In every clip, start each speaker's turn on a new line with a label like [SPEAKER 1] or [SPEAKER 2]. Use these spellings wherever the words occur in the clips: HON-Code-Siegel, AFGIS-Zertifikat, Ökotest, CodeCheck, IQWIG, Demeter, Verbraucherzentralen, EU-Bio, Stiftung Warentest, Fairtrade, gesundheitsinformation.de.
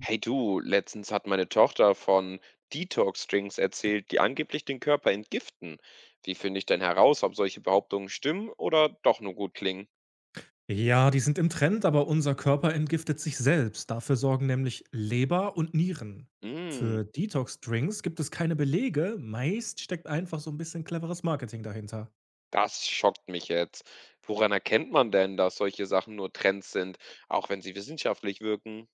[SPEAKER 1] Hey du, letztens hat meine Tochter von Detox-Drinks erzählt, die angeblich den Körper entgiften. Wie finde ich denn heraus, ob solche Behauptungen stimmen oder doch nur gut klingen?
[SPEAKER 2] Ja, die sind im Trend, aber unser Körper entgiftet sich selbst. Dafür sorgen nämlich Leber und Nieren.
[SPEAKER 1] Mm,
[SPEAKER 2] Für Detox-Drinks gibt es keine Belege. Meist steckt einfach so ein bisschen cleveres Marketing dahinter.
[SPEAKER 1] das schockt mich jetzt. Woran erkennt man denn, dass solche Sachen nur Trends sind, auch wenn sie wissenschaftlich wirken?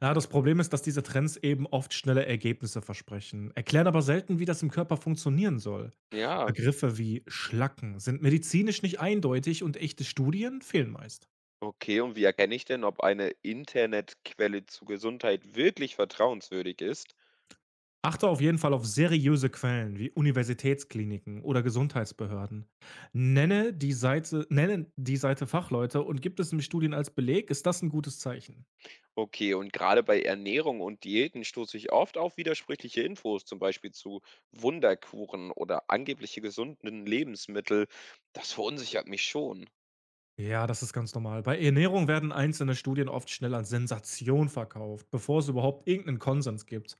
[SPEAKER 2] Ja, das Problem ist, dass diese Trends eben oft schnelle Ergebnisse versprechen, erklären aber selten, wie das im Körper funktionieren soll.
[SPEAKER 1] Ja,
[SPEAKER 2] Begriffe wie Schlacken sind medizinisch nicht eindeutig und echte Studien fehlen meist.
[SPEAKER 1] okay. Und wie erkenne ich denn, ob eine Internetquelle zur Gesundheit wirklich vertrauenswürdig ist?
[SPEAKER 2] Achte auf jeden Fall auf seriöse Quellen wie Universitätskliniken oder Gesundheitsbehörden. Nenne die Seite, Fachleute und gibt es im Studien als Beleg, ist das ein gutes Zeichen.
[SPEAKER 1] Okay, und gerade bei Ernährung und Diäten stoße ich oft auf widersprüchliche Infos, zum Beispiel zu Wunderkuren oder angebliche gesunden Lebensmittel. Das verunsichert mich schon.
[SPEAKER 2] Ja, das ist ganz normal. Bei Ernährung werden einzelne Studien oft schnell als Sensation verkauft, bevor es überhaupt irgendeinen Konsens gibt.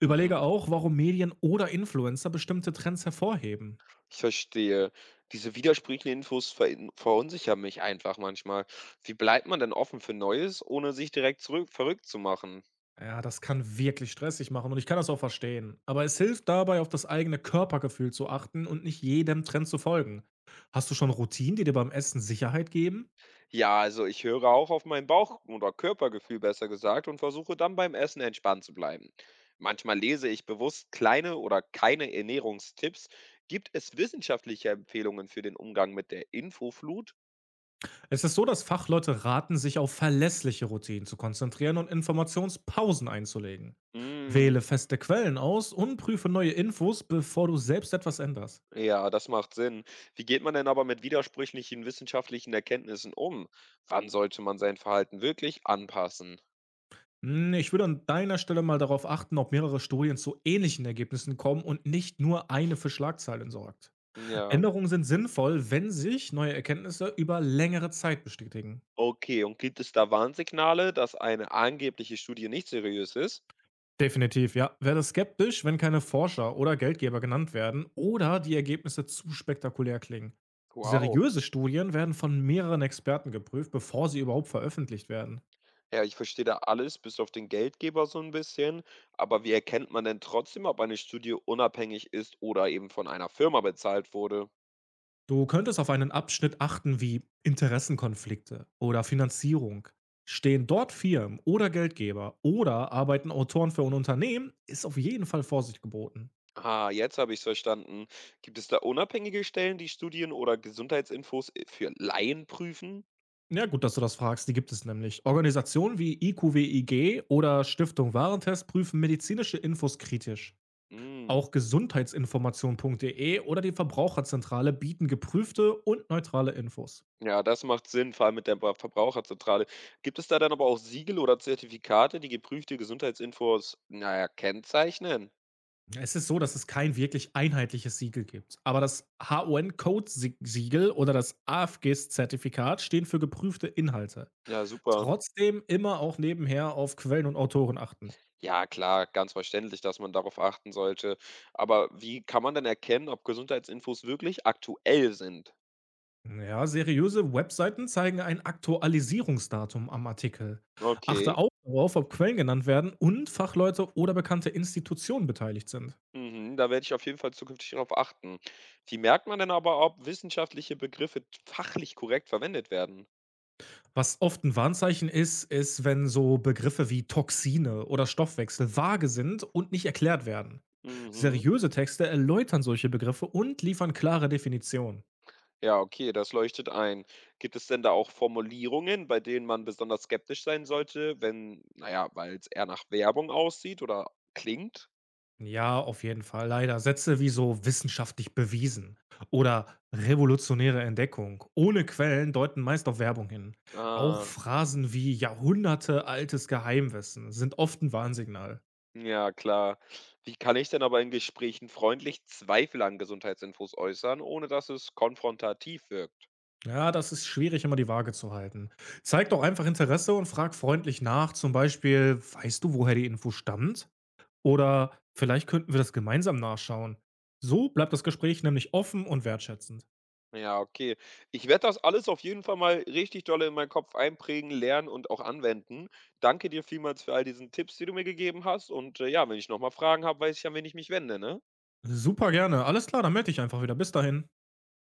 [SPEAKER 2] Überlege
[SPEAKER 1] Mhm.
[SPEAKER 2] auch, warum Medien oder Influencer bestimmte Trends hervorheben.
[SPEAKER 1] Ich verstehe. Diese widersprüchlichen Infos verunsichern mich einfach manchmal. Wie bleibt man denn offen für Neues, ohne sich direkt zurück verrückt zu machen?
[SPEAKER 2] Ja, das kann wirklich stressig machen und ich kann das auch verstehen. Aber es hilft dabei, auf das eigene Körpergefühl zu achten und nicht jedem Trend zu folgen. Hast du schon Routinen, die dir beim Essen Sicherheit geben?
[SPEAKER 1] Ja, also ich höre auch auf mein Bauch- oder Körpergefühl besser gesagt und versuche dann beim Essen entspannt zu bleiben. Manchmal lese ich bewusst kleine oder keine Ernährungstipps. Gibt es wissenschaftliche Empfehlungen für den Umgang mit der Infoflut?
[SPEAKER 2] Es ist so, dass Fachleute raten, sich auf verlässliche Routinen zu konzentrieren und Informationspausen einzulegen.
[SPEAKER 1] Mm,
[SPEAKER 2] Wähle feste Quellen aus und prüfe neue Infos, bevor du selbst etwas änderst.
[SPEAKER 1] ja, das macht Sinn. Wie geht man denn aber mit widersprüchlichen wissenschaftlichen Erkenntnissen um? Wann sollte man sein Verhalten wirklich anpassen?
[SPEAKER 2] Hm, ich würde an deiner Stelle mal darauf achten, ob mehrere Studien zu ähnlichen Ergebnissen kommen und nicht nur eine für Schlagzeilen sorgt.
[SPEAKER 1] Ja.
[SPEAKER 2] Änderungen sind sinnvoll, wenn sich neue Erkenntnisse über längere Zeit bestätigen.
[SPEAKER 1] Okay, und gibt es da Warnsignale, dass eine angebliche Studie nicht seriös ist?
[SPEAKER 2] Definitiv, ja. Werde skeptisch, wenn keine Forscher oder Geldgeber genannt werden oder die Ergebnisse zu spektakulär klingen.
[SPEAKER 1] Wow.
[SPEAKER 2] Seriöse Studien werden von mehreren Experten geprüft, bevor sie überhaupt veröffentlicht werden.
[SPEAKER 1] Ja, ich verstehe da alles, bis auf den Geldgeber so ein bisschen. Aber wie erkennt man denn trotzdem, ob eine Studie unabhängig ist oder eben von einer Firma bezahlt wurde?
[SPEAKER 2] Du könntest auf einen Abschnitt achten wie Interessenkonflikte oder Finanzierung. Stehen dort Firmen oder Geldgeber oder arbeiten Autoren für ein Unternehmen, ist auf jeden Fall Vorsicht geboten.
[SPEAKER 1] Ah, jetzt habe ich's verstanden. Gibt es da unabhängige Stellen, die Studien oder Gesundheitsinfos, für Laien prüfen?
[SPEAKER 2] Ja, gut, dass du das fragst. Die gibt es nämlich. Organisationen wie IQWIG oder Stiftung Warentest prüfen medizinische Infos kritisch.
[SPEAKER 1] Hm,
[SPEAKER 2] Auch gesundheitsinformation.de oder die Verbraucherzentrale bieten geprüfte und neutrale Infos.
[SPEAKER 1] ja, das macht Sinn, vor allem mit der Verbraucherzentrale. Gibt es da dann aber auch Siegel oder Zertifikate, die geprüfte Gesundheitsinfos, naja, kennzeichnen?
[SPEAKER 2] Es ist so, dass es kein wirklich einheitliches Siegel gibt. Aber das HON-Code-Siegel oder das AFGIS-Zertifikat stehen für geprüfte Inhalte.
[SPEAKER 1] Ja, super.
[SPEAKER 2] Trotzdem immer auch nebenher auf Quellen und Autoren achten.
[SPEAKER 1] Ja, klar, ganz verständlich, dass man darauf achten sollte. Aber wie kann man denn erkennen, ob Gesundheitsinfos wirklich aktuell sind?
[SPEAKER 2] Ja, seriöse Webseiten zeigen ein Aktualisierungsdatum am Artikel.
[SPEAKER 1] Okay.
[SPEAKER 2] Achte auch darauf, ob Quellen genannt werden und Fachleute oder bekannte Institutionen beteiligt sind.
[SPEAKER 1] Mhm, da werde ich auf jeden Fall zukünftig darauf achten. Wie merkt man denn aber, ob wissenschaftliche Begriffe fachlich korrekt verwendet werden?
[SPEAKER 2] Was oft ein Warnzeichen ist, ist, wenn so Begriffe wie Toxine oder Stoffwechsel vage sind und nicht erklärt werden.
[SPEAKER 1] Mhm.
[SPEAKER 2] Seriöse Texte erläutern solche Begriffe und liefern klare Definitionen.
[SPEAKER 1] Ja, okay, das leuchtet ein. Gibt es denn da auch Formulierungen, bei denen man besonders skeptisch sein sollte, wenn, naja, weil es eher nach Werbung aussieht oder klingt?
[SPEAKER 2] Ja, auf jeden Fall. Leider. Sätze wie so wissenschaftlich bewiesen oder revolutionäre Entdeckung ohne Quellen deuten meist auf Werbung hin. Auch
[SPEAKER 1] Ah.
[SPEAKER 2] Phrasen wie Jahrhunderte altes Geheimwissen sind oft ein Warnsignal.
[SPEAKER 1] Ja, klar. Wie kann ich denn aber in Gesprächen freundlich Zweifel an Gesundheitsinfos äußern, ohne dass es konfrontativ wirkt?
[SPEAKER 2] Ja, das ist schwierig, immer die Waage zu halten. Zeig doch einfach Interesse und frag freundlich nach. Zum Beispiel, weißt du, woher die Info stammt? Oder vielleicht könnten wir das gemeinsam nachschauen. So bleibt das Gespräch nämlich offen und wertschätzend.
[SPEAKER 1] Ja, okay. Ich werde das alles auf jeden Fall mal richtig dolle in meinen Kopf einprägen, lernen und auch anwenden. Danke dir vielmals für all diesen Tipps, die du mir gegeben hast. Und ja, wenn ich nochmal Fragen habe, weiß ich, an wen ich mich wende, ne?
[SPEAKER 2] Super gerne. Alles klar, dann melde ich einfach wieder. Bis dahin.